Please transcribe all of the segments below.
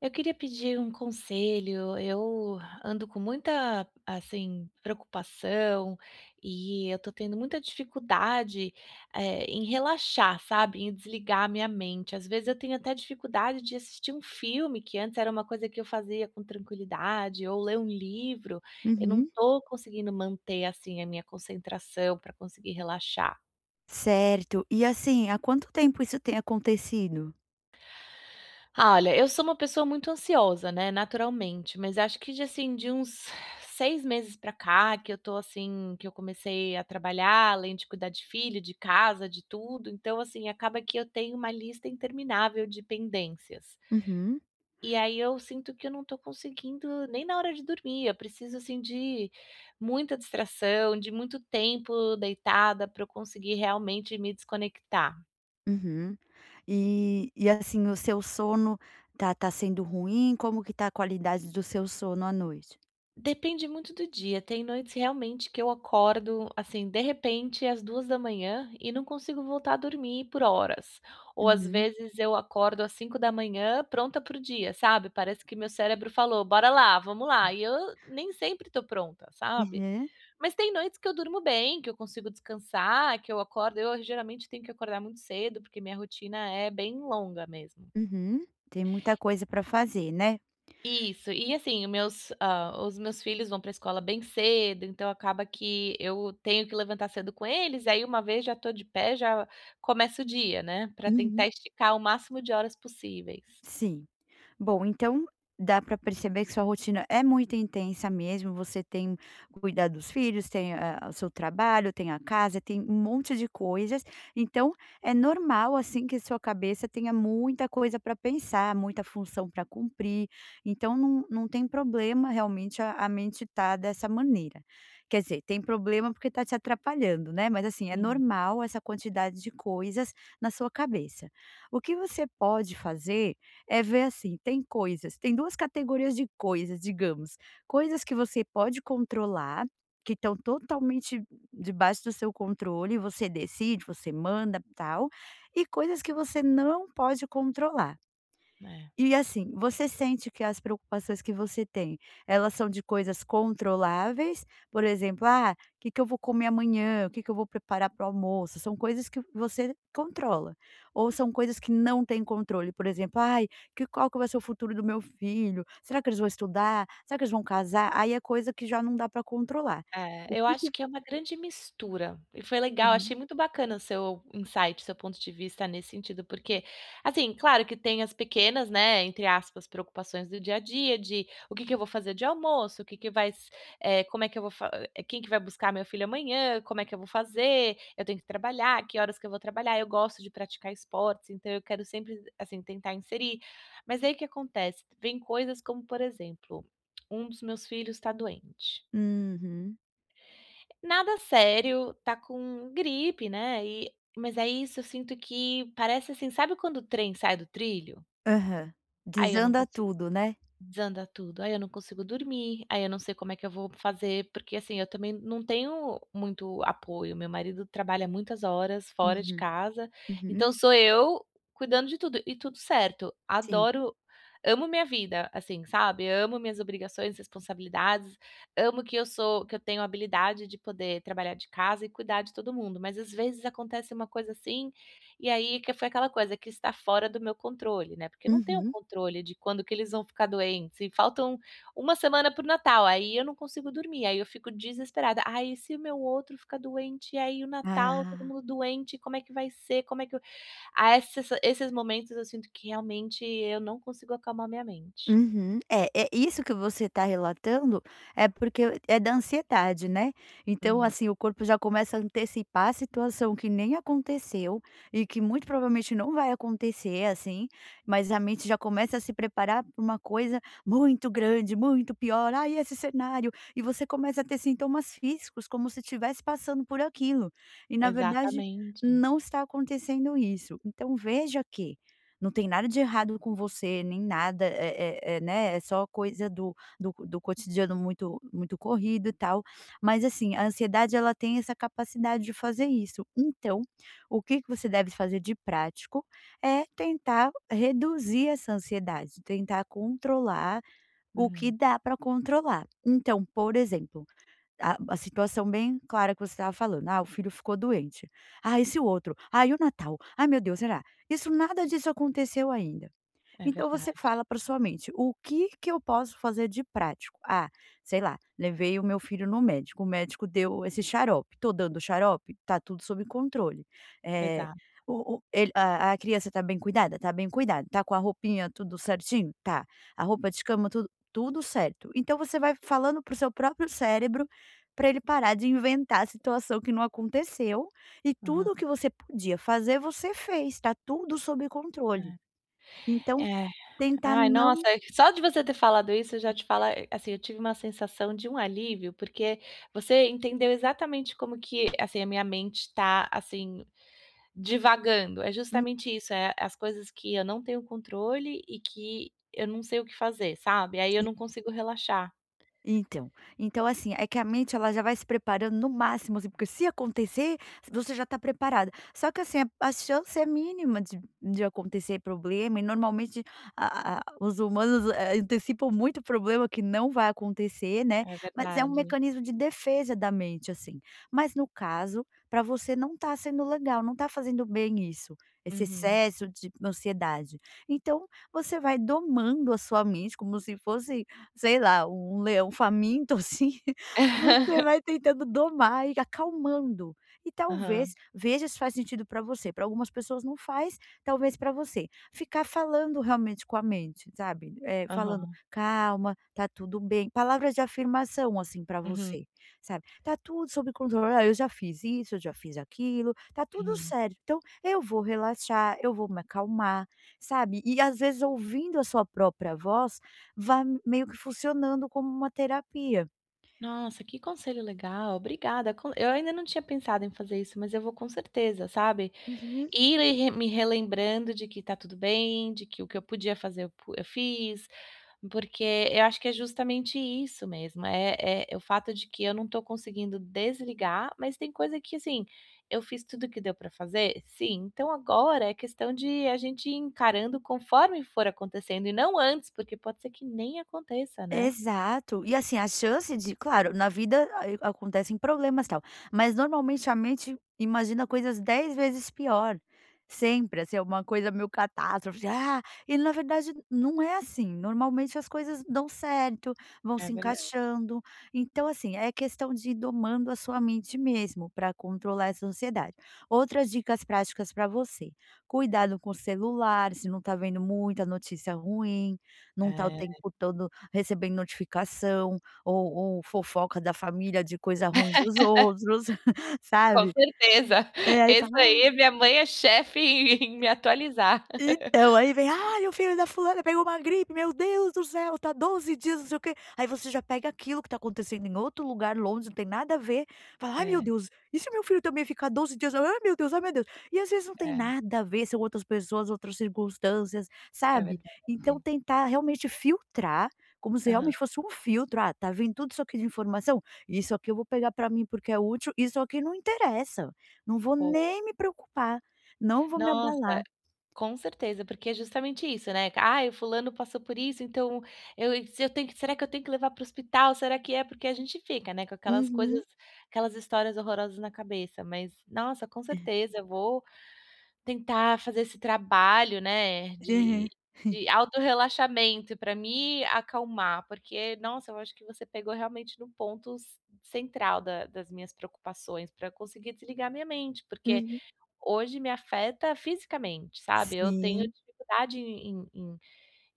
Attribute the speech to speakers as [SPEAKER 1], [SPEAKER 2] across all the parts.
[SPEAKER 1] Eu queria pedir um conselho. Eu ando com muita, assim, preocupação e eu tô tendo muita dificuldade, em relaxar, sabe, em desligar a minha mente. Às vezes eu tenho até dificuldade de assistir um filme, que antes era uma coisa que eu fazia com tranquilidade, ou ler um livro. Eu não
[SPEAKER 2] Uhum.
[SPEAKER 1] tô conseguindo manter, assim, a minha concentração para conseguir relaxar.
[SPEAKER 2] Certo. E assim, há quanto tempo isso tem acontecido?
[SPEAKER 1] Ah, olha, eu sou uma pessoa muito ansiosa, né, naturalmente, mas acho que de assim, de uns 6 meses pra cá que eu tô assim, que eu comecei a trabalhar, além de cuidar de filho, de casa, de tudo, então assim, acaba que eu tenho uma lista interminável de pendências.
[SPEAKER 2] Uhum,
[SPEAKER 1] E aí eu sinto que eu não tô conseguindo nem na hora de dormir, eu preciso assim de muita distração, de muito tempo deitada para eu conseguir realmente me desconectar.
[SPEAKER 2] uhum. E assim, o seu sono tá sendo ruim? Como que tá a qualidade do seu sono à noite?
[SPEAKER 1] Depende muito do dia. Tem noites realmente que eu acordo, assim, de repente, às 2 da manhã e não consigo voltar a dormir por horas. Ou às
[SPEAKER 2] Uhum.
[SPEAKER 1] vezes eu acordo às 5 da manhã, pronta para o dia, sabe? Parece que meu cérebro falou: "Bora lá, vamos lá". E eu nem sempre tô pronta, sabe?
[SPEAKER 2] Uhum.
[SPEAKER 1] Mas tem noites que eu durmo bem, que eu consigo descansar, que eu acordo, eu geralmente tenho que acordar muito cedo, porque minha rotina é bem longa mesmo.
[SPEAKER 2] Uhum. Tem muita coisa para fazer, né?
[SPEAKER 1] Isso, e assim, os meus filhos vão para a escola bem cedo, então acaba que eu tenho que levantar cedo com eles, aí uma vez já estou de pé, já começa o dia, né, para
[SPEAKER 2] Uhum.
[SPEAKER 1] tentar esticar o máximo de horas possíveis.
[SPEAKER 2] Sim. Bom, então dá para perceber que sua rotina é muito intensa mesmo. Você tem cuidar dos filhos, tem o seu trabalho, tem a casa, tem um monte de coisas. Então é normal assim que sua cabeça tenha muita coisa para pensar, muita função para cumprir. Então não, não tem problema realmente a mente estar dessa maneira. Quer dizer, tem problema porque está te atrapalhando, né? Mas assim, é
[SPEAKER 1] Uhum.
[SPEAKER 2] normal essa quantidade de coisas na sua cabeça. O que você pode fazer é ver assim, tem coisas, tem 2 categorias de coisas, digamos, coisas que você pode controlar, que estão totalmente debaixo do seu controle, você decide, você manda, tal, e coisas que você não pode controlar.
[SPEAKER 1] É.
[SPEAKER 2] E assim, você sente que as preocupações que você tem, elas são de coisas controláveis? Por exemplo: "Ah, o que que eu vou comer amanhã? O que que eu vou preparar para o almoço?". São coisas que você controla. Ou são coisas que não têm controle? Por exemplo: "Ai, que qual que vai ser o futuro do meu filho? Será que eles vão estudar? Será que eles vão casar?". Aí é coisa que já não dá para controlar.
[SPEAKER 1] É,
[SPEAKER 2] O
[SPEAKER 1] eu
[SPEAKER 2] que
[SPEAKER 1] acho
[SPEAKER 2] que
[SPEAKER 1] que é uma grande mistura, e foi legal,
[SPEAKER 2] Uhum,
[SPEAKER 1] achei muito bacana o seu insight, seu ponto de vista nesse sentido, porque, assim, claro que tem as pequenas, né, entre aspas, preocupações do dia a dia, de o que que eu vou fazer de almoço, o que que vai s eh, como é que eu vou fa eh, quem que vai buscar meu filho amanhã, como é que eu vou fazer, eu tenho que trabalhar, que horas que eu vou trabalhar, eu gosto de praticar esportes, então eu quero sempre, assim, tentar inserir. Mas aí o que acontece, vem coisas como, por exemplo, um dos meus filhos está doente.
[SPEAKER 2] uhum,
[SPEAKER 1] Nada sério, tá com gripe, né, e mas é isso, eu sinto que parece assim, sabe quando o trem sai do trilho?
[SPEAKER 2] aham.
[SPEAKER 1] Aí eu não
[SPEAKER 2] Desanda
[SPEAKER 1] consigo
[SPEAKER 2] tudo, né?
[SPEAKER 1] Desanda tudo. Aí eu não consigo dormir, aí eu não sei como é que eu vou fazer, porque assim, eu também não tenho muito apoio. Meu marido trabalha muitas horas fora de
[SPEAKER 2] Uhum,
[SPEAKER 1] casa,
[SPEAKER 2] uhum,
[SPEAKER 1] então sou eu cuidando de tudo, e tudo certo.
[SPEAKER 2] sim.
[SPEAKER 1] Adoro, amo minha vida, assim, sabe? Amo minhas obrigações, responsabilidades, amo que eu sou, que eu tenho a habilidade de poder trabalhar de casa e cuidar de todo mundo. Mas às vezes acontece uma coisa assim e aí que foi aquela coisa que está fora do meu controle, né, porque eu não tenho
[SPEAKER 2] Uhum.
[SPEAKER 1] controle de quando que eles vão ficar doentes e faltam uma semana para o Natal, aí eu não consigo dormir, aí eu fico desesperada: "Ai, e se o meu outro ficar doente, e aí o Natal todo
[SPEAKER 2] Ah.
[SPEAKER 1] mundo doente, como é que vai ser, como é que eu". Ah, esses momentos eu sinto que realmente eu não consigo acalmar minha mente.
[SPEAKER 2] Uhum. É isso que você está relatando é porque é da ansiedade, né. Então,
[SPEAKER 1] Uhum.
[SPEAKER 2] assim, o corpo já começa a antecipar a situação que nem aconteceu e que muito provavelmente não vai acontecer, assim, mas a mente já começa a se preparar pra uma coisa muito grande, muito pior. "Ai, esse cenário", e você começa a ter sintomas físicos como se estivesse passando por aquilo, e na verdade
[SPEAKER 1] Exatamente.
[SPEAKER 2] não está acontecendo isso. Então veja que não tem nada de errado com você, nem nada, é, né, é só coisa do cotidiano muito muito corrido e tal, mas assim, a ansiedade ela tem essa capacidade de fazer isso. Então, o que que você deve fazer de prático, é tentar reduzir essa ansiedade, tentar controlar o que
[SPEAKER 1] Uhum.
[SPEAKER 2] dá para controlar. Então, por exemplo a situação bem clara que você estava falando, "Ah, o filho ficou doente. Ah, esse outro. Ah, e o Natal? Ai meu Deus, será?". Isso nada disso aconteceu ainda.
[SPEAKER 1] É
[SPEAKER 2] Então você
[SPEAKER 1] verdade.
[SPEAKER 2] fala para sua mente: "O que que eu posso fazer de prático? Ah, sei lá, levei o meu filho no médico, o médico deu esse xarope, tô dando xarope? Tá tudo sob controle. Eh,
[SPEAKER 1] Exato.
[SPEAKER 2] o ele a criança tá bem cuidada? Tá bem cuidada. Tá com a roupinha tudo certinho? Tá. A roupa de cama tudo certo". Então você vai falando pro seu próprio cérebro para ele parar de inventar a situação que não aconteceu e
[SPEAKER 1] Aham,
[SPEAKER 2] tudo o que você podia fazer, você fez, tá tudo sob controle. Então
[SPEAKER 1] é. É.
[SPEAKER 2] Tentar
[SPEAKER 1] Ai,
[SPEAKER 2] não
[SPEAKER 1] nossa, só de você ter falado isso, eu já te falar, assim, eu tive uma sensação de um alívio, porque você entendeu exatamente como que, assim, a minha mente está assim, divagando. É
[SPEAKER 2] hum,
[SPEAKER 1] justamente isso, é as coisas que eu não tenho controle e que eu não sei o que fazer, sabe, aí eu não consigo relaxar.
[SPEAKER 2] então. Então, assim, é que a mente ela já vai se preparando no máximo, assim, porque se acontecer, você já está preparada. Só que, assim, a chance é mínima de acontecer problema e normalmente a os humanos, antecipam muito problema que não vai acontecer, né,
[SPEAKER 1] É
[SPEAKER 2] mas é um
[SPEAKER 1] verdade.
[SPEAKER 2] mecanismo de defesa da mente, assim. Mas no caso, para você não tá sendo legal, não tá fazendo bem isso, esse
[SPEAKER 1] Uhum.
[SPEAKER 2] excesso de ansiedade. Então, você vai domando a sua mente como se fosse sei lá, um leão faminto, assim, você vai tentando domar e acalmando. E talvez,
[SPEAKER 1] Aham,
[SPEAKER 2] veja se faz sentido para você, para algumas pessoas não faz, talvez para você. Ficar falando realmente com a mente, sabe, falando:
[SPEAKER 1] aham.
[SPEAKER 2] "Calma, tá tudo bem", palavras de afirmação, assim, para
[SPEAKER 1] Uhum,
[SPEAKER 2] você, sabe. "Tá tudo sob controle, olha, eu já fiz isso, eu já fiz aquilo, tá tudo
[SPEAKER 1] uhum.
[SPEAKER 2] certo, então eu vou relaxar, eu vou me acalmar", sabe. E às vezes ouvindo a sua própria voz, vá meio que funcionando como uma terapia.
[SPEAKER 1] Nossa, que conselho legal, obrigada. Com eu ainda não tinha pensado em fazer isso, mas eu vou com certeza, sabe.
[SPEAKER 2] Uhum.
[SPEAKER 1] E re re me relembrando de que está tudo bem, de que o que eu podia fazer eu fiz, porque eu acho que é justamente isso mesmo, é o fato de que eu não estou conseguindo desligar, mas tem coisa que, assim, eu fiz tudo o que deu para fazer? Sim, então agora é questão de a gente ir encarando conforme for acontecendo e não antes, porque pode ser que nem aconteça, né.
[SPEAKER 2] Exato. E assim, a chance de claro, na vida a acontecem problemas, e tal, mas normalmente a mente imagina coisas 10 vezes pior. Sempre, assim, é uma coisa meio catástrofe, ah, e na verdade não é assim, normalmente as coisas dão certo, vão
[SPEAKER 1] É
[SPEAKER 2] se
[SPEAKER 1] verdade.
[SPEAKER 2] encaixando. Então assim, é questão de ir domando a sua mente mesmo para controlar essa ansiedade. Outras dicas práticas para você: cuidado com o celular, se não tá vendo muita notícia ruim, não tá o
[SPEAKER 1] É,
[SPEAKER 2] tempo todo recebendo notificação ou fofoca da família de coisa ruim dos outros,
[SPEAKER 1] com
[SPEAKER 2] sabe?
[SPEAKER 1] certeza.
[SPEAKER 2] É, aí
[SPEAKER 1] Isso
[SPEAKER 2] fala:
[SPEAKER 1] aí, minha mãe é chefe em me atualizar.
[SPEAKER 2] Então, aí vem: "Ai, o filho da fulana pegou uma gripe, meu Deus do céu, tá 12 dias, não sei o quê". Aí você já pega aquilo que tá acontecendo em outro lugar longe, não tem nada a ver, fala: "Ai, meu
[SPEAKER 1] É,
[SPEAKER 2] Deus, e se meu filho também ficar 12 dias? Ai, meu Deus, ai, meu Deus". E às vezes não tem
[SPEAKER 1] é.
[SPEAKER 2] nada a ver, são outras pessoas, outras circunstâncias,
[SPEAKER 1] É
[SPEAKER 2] sabe.
[SPEAKER 1] verdade.
[SPEAKER 2] Então tentar realmente filtrar, como se
[SPEAKER 1] Aham,
[SPEAKER 2] realmente fosse um filtro: "Ah, tá vindo tudo isso aqui de informação, isso aqui eu vou pegar pra mim porque é útil, isso aqui não interessa, não vou
[SPEAKER 1] boa.
[SPEAKER 2] nem me preocupar, não vou me
[SPEAKER 1] Nossa,
[SPEAKER 2] abalar".
[SPEAKER 1] com certeza, porque é justamente isso, né. Ah, o fulano passou por isso, então eu se eu tenho que será que eu tenho que levar para o hospital? Será que é? Porque a gente fica, né, com aquelas coisas,
[SPEAKER 2] Uhum.
[SPEAKER 1] aquelas histórias horrorosas na cabeça, mas, nossa, com certeza, eu vou tentar fazer esse trabalho, né, de
[SPEAKER 2] Aham.
[SPEAKER 1] de autorrelaxamento para me acalmar, porque, nossa, eu acho que você pegou realmente no ponto ce central da das minhas preocupações, para conseguir desligar minha mente, porque
[SPEAKER 2] Uhum.
[SPEAKER 1] hoje me afeta fisicamente, sabe, eu tenho
[SPEAKER 2] Sim.
[SPEAKER 1] dificuldade em em em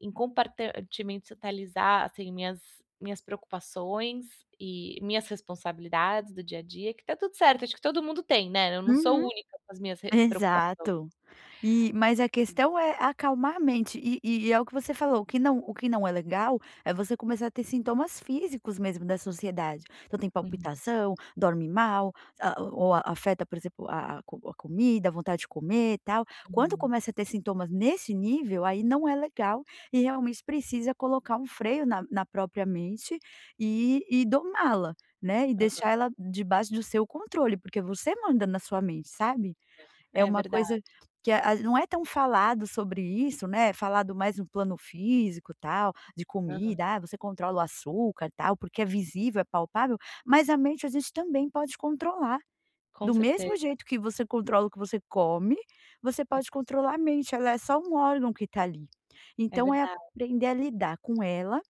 [SPEAKER 1] em compartimentalizar, assim, minhas preocupações e minhas responsabilidades do dia a dia, que tá tudo certo, acho que todo mundo tem, né, eu não sou
[SPEAKER 2] Uhum.
[SPEAKER 1] única com as minhas re preocupações.
[SPEAKER 2] Exato. E mas a questão é acalmar a mente e é o que você falou, o que não é legal é você começar a ter sintomas físicos mesmo da sociedade. Então tem
[SPEAKER 1] Uhum,
[SPEAKER 2] palpitação, dorme mal, afeta, por exemplo, a comida, a vontade de comer e tal. Quando
[SPEAKER 1] uhum.
[SPEAKER 2] começa a ter sintomas nesse nível, aí não é legal e realmente precisa colocar um freio na própria mente e domá-la, né, e
[SPEAKER 1] Hã.
[SPEAKER 2] deixar ela debaixo do seu controle, porque você manda na sua mente, sabe? É
[SPEAKER 1] É
[SPEAKER 2] uma
[SPEAKER 1] verdade.
[SPEAKER 2] coisa que a não é tão falado sobre isso, né. É falado mais no plano físico, tal, de
[SPEAKER 1] Aham.
[SPEAKER 2] comida, "Ah, você controla o açúcar, tal", porque é visível, é palpável, mas a mente a gente também pode controlar.
[SPEAKER 1] Com
[SPEAKER 2] Do mesmo
[SPEAKER 1] certeza.
[SPEAKER 2] jeito que você controla o que você come, você
[SPEAKER 1] É
[SPEAKER 2] pode controlar a mente, ela é só um órgão que está ali.
[SPEAKER 1] é
[SPEAKER 2] Então é
[SPEAKER 1] verdade.
[SPEAKER 2] aprender a lidar com ela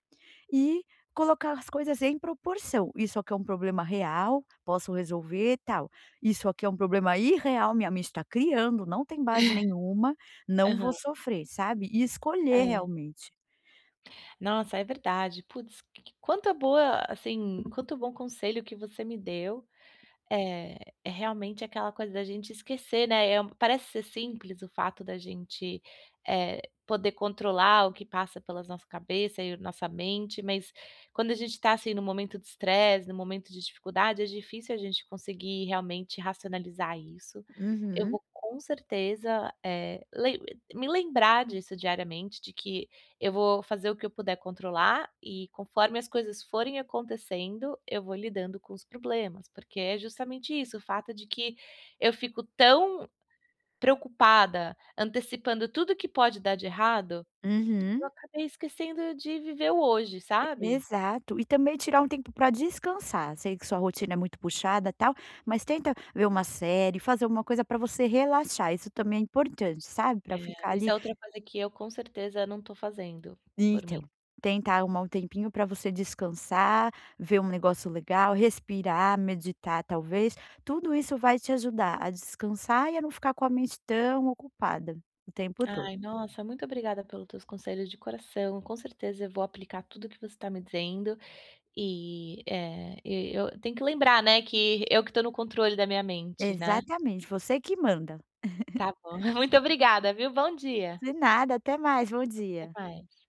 [SPEAKER 2] e colocar as coisas em proporção. Isso aqui é um problema real, posso resolver, e tal. Isso aqui é um problema irreal, minha mente está criando, não tem base nenhuma, não
[SPEAKER 1] Aham.
[SPEAKER 2] vou sofrer, sabe? E escolher
[SPEAKER 1] É.
[SPEAKER 2] realmente.
[SPEAKER 1] Nossa, é verdade. Putz, que quanta boa, assim, quanto bom conselho que você me deu. É, é realmente aquela coisa da gente esquecer, né, parece ser simples o fato da gente, poder controlar o que passa pelas nossa cabeça e nossa mente, mas quando a gente está assim, no momento de estresse, no momento de dificuldade, é difícil a gente conseguir realmente racionalizar isso. Eu
[SPEAKER 2] Uhum,
[SPEAKER 1] vou com certeza, eh, lem me lembrar disso diariamente, de que eu vou fazer o que eu puder controlar e conforme as coisas forem acontecendo, eu vou lidando com os problemas, porque é justamente isso, o fato de que eu fico tão preocupada, antecipando tudo que pode dar de errado, eu
[SPEAKER 2] uhum.
[SPEAKER 1] acabei esquecendo de viver o hoje,
[SPEAKER 2] E
[SPEAKER 1] sabe.
[SPEAKER 2] exato. E também tirar um tempo para descansar. Sei que sua rotina é muito puxada, tal, mas tenta ver uma série, fazer alguma coisa para você relaxar. Isso também é importante, sabe? Para ficar
[SPEAKER 1] É, isso
[SPEAKER 2] ali.
[SPEAKER 1] é outra coisa que eu com certeza não estou fazendo por
[SPEAKER 2] Então,
[SPEAKER 1] mim.
[SPEAKER 2] tentar arrumar um tempinho para você descansar, ver um negócio legal, respirar, meditar talvez, tudo isso vai te ajudar a descansar e a não ficar com a mente tão ocupada o tempo todo.
[SPEAKER 1] Ai, nossa, muito obrigada pelos teus conselhos de coração, com certeza eu vou aplicar tudo o que você está me dizendo. E eu tenho que lembrar, né, que eu que estou no controle da minha mente, né.
[SPEAKER 2] Exatamente, você que manda.
[SPEAKER 1] Tá bom, muito obrigada, viu. Bom dia,
[SPEAKER 2] De nada, até mais, bom
[SPEAKER 1] até
[SPEAKER 2] dia.
[SPEAKER 1] mais.